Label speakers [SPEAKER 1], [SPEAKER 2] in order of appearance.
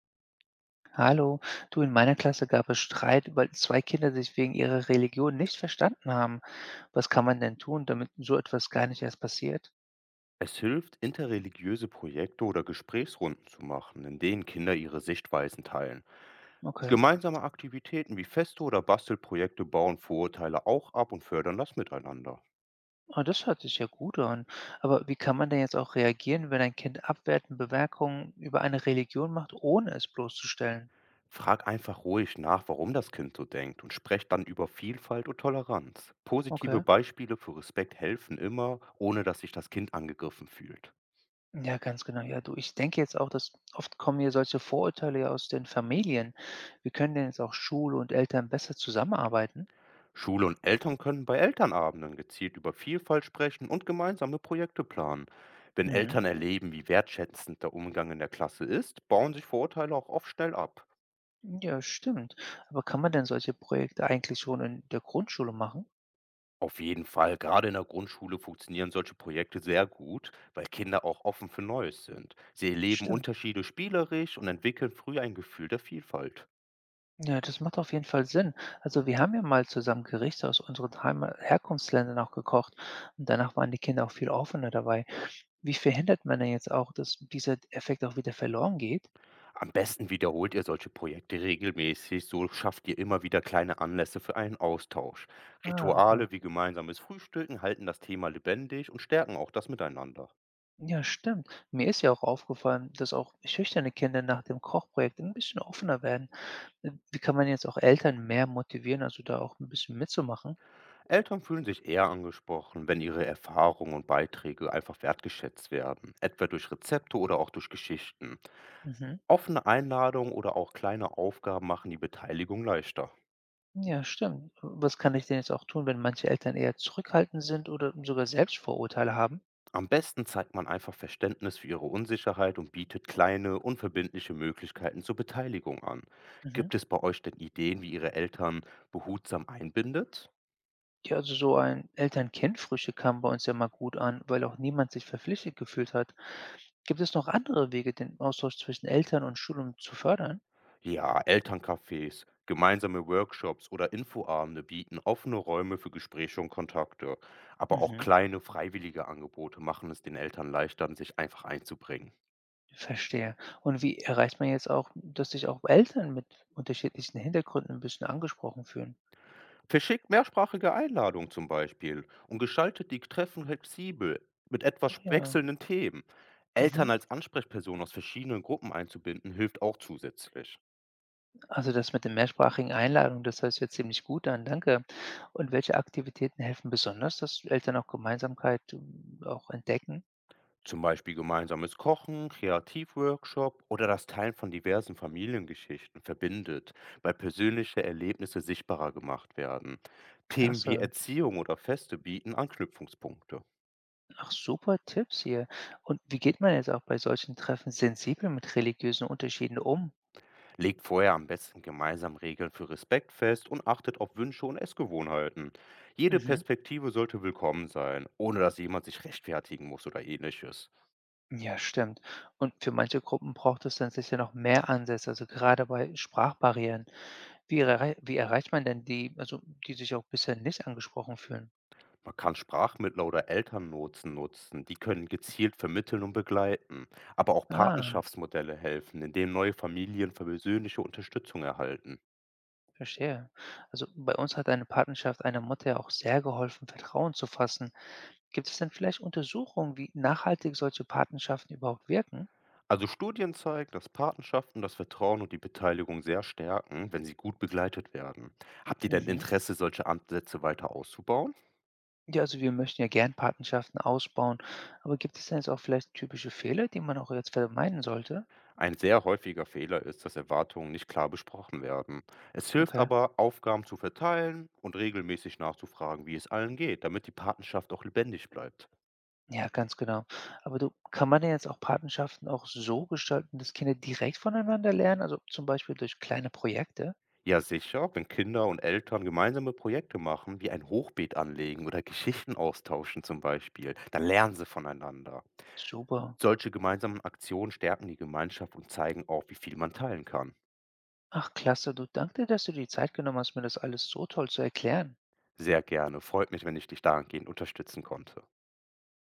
[SPEAKER 1] Hallo, du, in meiner Klasse gab es Streit, weil zwei Kinder sich wegen ihrer Religion nicht verstanden haben. Was kann man denn tun, damit so etwas gar nicht erst passiert?
[SPEAKER 2] Es hilft, interreligiöse Projekte oder Gesprächsrunden zu machen, in denen Kinder ihre Sichtweisen teilen.
[SPEAKER 1] Okay,
[SPEAKER 2] Gemeinsame Aktivitäten wie Feste oder Bastelprojekte bauen Vorurteile auch ab und fördern das Miteinander.
[SPEAKER 1] ah, das hört sich ja gut an. Aber wie kann man denn jetzt auch reagieren, wenn ein Kind abwertende Bemerkungen über eine Religion macht, ohne es bloßzustellen?
[SPEAKER 2] Frag einfach ruhig nach, warum das Kind so denkt und sprecht dann über Vielfalt und Toleranz. Positive
[SPEAKER 1] Okay.
[SPEAKER 2] Beispiele für Respekt helfen immer, ohne dass sich das Kind angegriffen fühlt.
[SPEAKER 1] Ja, ganz genau. Ja, du, ich denke jetzt auch, dass oft kommen hier solche Vorurteile ja aus den Familien. Wie können denn jetzt auch Schule und Eltern besser zusammenarbeiten?
[SPEAKER 2] Schule und Eltern können bei Elternabenden gezielt über Vielfalt sprechen und gemeinsame Projekte planen. Wenn
[SPEAKER 1] Mhm.
[SPEAKER 2] Eltern erleben, wie wertschätzend der Umgang in der Klasse ist, bauen sich Vorurteile auch oft schnell ab.
[SPEAKER 1] Ja, stimmt. Aber kann man denn solche Projekte eigentlich schon in der Grundschule machen?
[SPEAKER 2] Auf jeden Fall, gerade in der Grundschule funktionieren solche Projekte sehr gut, weil Kinder auch offen für Neues sind. Sie erleben
[SPEAKER 1] Stimmt.
[SPEAKER 2] Unterschiede spielerisch und entwickeln früh ein Gefühl der Vielfalt.
[SPEAKER 1] Ja, das macht auf jeden Fall Sinn. Also wir haben ja mal zusammen Gerichte aus unseren Heima Herkunftsländern auch gekocht und danach waren die Kinder auch viel offener dabei. Wie verhindert man denn jetzt auch, dass dieser Effekt auch wieder verloren geht?
[SPEAKER 2] Am besten wiederholt ihr solche Projekte regelmäßig, so schafft ihr immer wieder kleine Anlässe für einen Austausch.
[SPEAKER 1] Ah, okay.
[SPEAKER 2] Rituale wie gemeinsames Frühstücken halten das Thema lebendig und stärken auch das Miteinander.
[SPEAKER 1] Ja, stimmt. Mir ist ja auch aufgefallen, dass auch schüchterne Kinder nach dem Kochprojekt ein bisschen offener werden. Wie kann man jetzt auch Eltern mehr motivieren, also da auch ein bisschen mitzumachen?
[SPEAKER 2] Eltern fühlen sich eher angesprochen, wenn ihre Erfahrungen und Beiträge einfach wertgeschätzt werden, etwa durch Rezepte oder auch durch Geschichten.
[SPEAKER 1] Mhm.
[SPEAKER 2] Offene Einladungen oder auch kleine Aufgaben machen die Beteiligung leichter.
[SPEAKER 1] Ja, stimmt. Was kann ich denn jetzt auch tun, wenn manche Eltern eher zurückhaltend sind oder sogar Selbstvorurteile haben?
[SPEAKER 2] Am besten zeigt man einfach Verständnis für ihre Unsicherheit und bietet kleine, unverbindliche Möglichkeiten zur Beteiligung an.
[SPEAKER 1] Mhm.
[SPEAKER 2] Gibt es bei euch denn Ideen, wie ihr Eltern behutsam einbindet?
[SPEAKER 1] Ja, also so ein Eltern-Kind-Frühstück kam bei uns ja mal gut an, weil auch niemand sich verpflichtet gefühlt hat. Gibt es noch andere Wege, den Austausch zwischen Eltern und Schulen zu fördern?
[SPEAKER 2] Ja, Elterncafés, gemeinsame Workshops oder Infoabende bieten offene Räume für Gespräche und Kontakte. Aber auch
[SPEAKER 1] Mhm.
[SPEAKER 2] kleine, freiwillige Angebote machen es den Eltern leichter, sich einfach einzubringen.
[SPEAKER 1] Verstehe. Und wie erreicht man jetzt auch, dass sich auch Eltern mit unterschiedlichen Hintergründen ein bisschen angesprochen fühlen?
[SPEAKER 2] Verschickt mehrsprachige Einladungen zum Beispiel und gestaltet die Treffen flexibel mit etwas
[SPEAKER 1] Ach ja.
[SPEAKER 2] wechselnden Themen. Eltern
[SPEAKER 1] Mhm.
[SPEAKER 2] als Ansprechpersonen aus verschiedenen Gruppen einzubinden, hilft auch zusätzlich.
[SPEAKER 1] Also das mit den mehrsprachigen Einladungen, das hört sich jetzt ziemlich gut an, danke. Und welche Aktivitäten helfen besonders, dass Eltern auch Gemeinsamkeit auch entdecken?
[SPEAKER 2] Zum Beispiel gemeinsames Kochen, Kreativworkshop oder das Teilen von diversen Familiengeschichten verbindet, weil persönliche Erlebnisse sichtbarer gemacht werden. Themen wie
[SPEAKER 1] Klasse.
[SPEAKER 2] Erziehung oder Feste bieten Anknüpfungspunkte.
[SPEAKER 1] Ach, super Tipps hier. Und wie geht man jetzt auch bei solchen Treffen sensibel mit religiösen Unterschieden um?
[SPEAKER 2] Legt vorher am besten gemeinsam Regeln für Respekt fest und achtet auf Wünsche und Essgewohnheiten. Jede
[SPEAKER 1] Mhm.
[SPEAKER 2] Perspektive sollte willkommen sein, ohne dass jemand sich rechtfertigen muss oder ähnliches.
[SPEAKER 1] Ja, stimmt. Und für manche Gruppen braucht es dann sicher noch mehr Ansätze, also gerade bei Sprachbarrieren. Wie erreicht man denn die, also die sich auch bisher nicht angesprochen fühlen?
[SPEAKER 2] Man kann Sprachmittler oder Elternnotsen nutzen, die können gezielt vermitteln und begleiten. Aber auch
[SPEAKER 1] Ah.
[SPEAKER 2] Patenschaftsmodelle helfen, indem neue Familien persönliche Unterstützung erhalten.
[SPEAKER 1] Verstehe. Also bei uns hat eine Partnerschaft einer Mutter ja auch sehr geholfen, Vertrauen zu fassen. Gibt es denn vielleicht Untersuchungen, wie nachhaltig solche Patenschaften überhaupt wirken?
[SPEAKER 2] Also Studien zeigen, dass Patenschaften das Vertrauen und die Beteiligung sehr stärken, wenn sie gut begleitet werden. Habt ihr denn
[SPEAKER 1] Mhm.
[SPEAKER 2] Interesse, solche Ansätze weiter auszubauen?
[SPEAKER 1] Ja, also wir möchten ja gern Patenschaften ausbauen, aber gibt es denn jetzt auch vielleicht typische Fehler, die man auch jetzt vermeiden sollte?
[SPEAKER 2] Ein sehr häufiger Fehler ist, dass Erwartungen nicht klar besprochen werden. Es hilft
[SPEAKER 1] Okay.
[SPEAKER 2] aber, Aufgaben zu verteilen und regelmäßig nachzufragen, wie es allen geht, damit die Patenschaft auch lebendig bleibt.
[SPEAKER 1] Ja, ganz genau. Aber du, kann man denn jetzt auch Patenschaften auch so gestalten, dass Kinder direkt voneinander lernen? Also zum Beispiel durch kleine Projekte?
[SPEAKER 2] Ja, sicher, wenn Kinder und Eltern gemeinsame Projekte machen, wie ein Hochbeet anlegen oder Geschichten austauschen zum Beispiel, dann lernen sie voneinander.
[SPEAKER 1] Super.
[SPEAKER 2] Solche gemeinsamen Aktionen stärken die Gemeinschaft und zeigen auch, wie viel man teilen kann.
[SPEAKER 1] Ach, klasse, du, danke dir, dass du dir die Zeit genommen hast, mir das alles so toll zu erklären.
[SPEAKER 2] Sehr gerne. Freut mich, wenn ich dich dahingehend unterstützen konnte.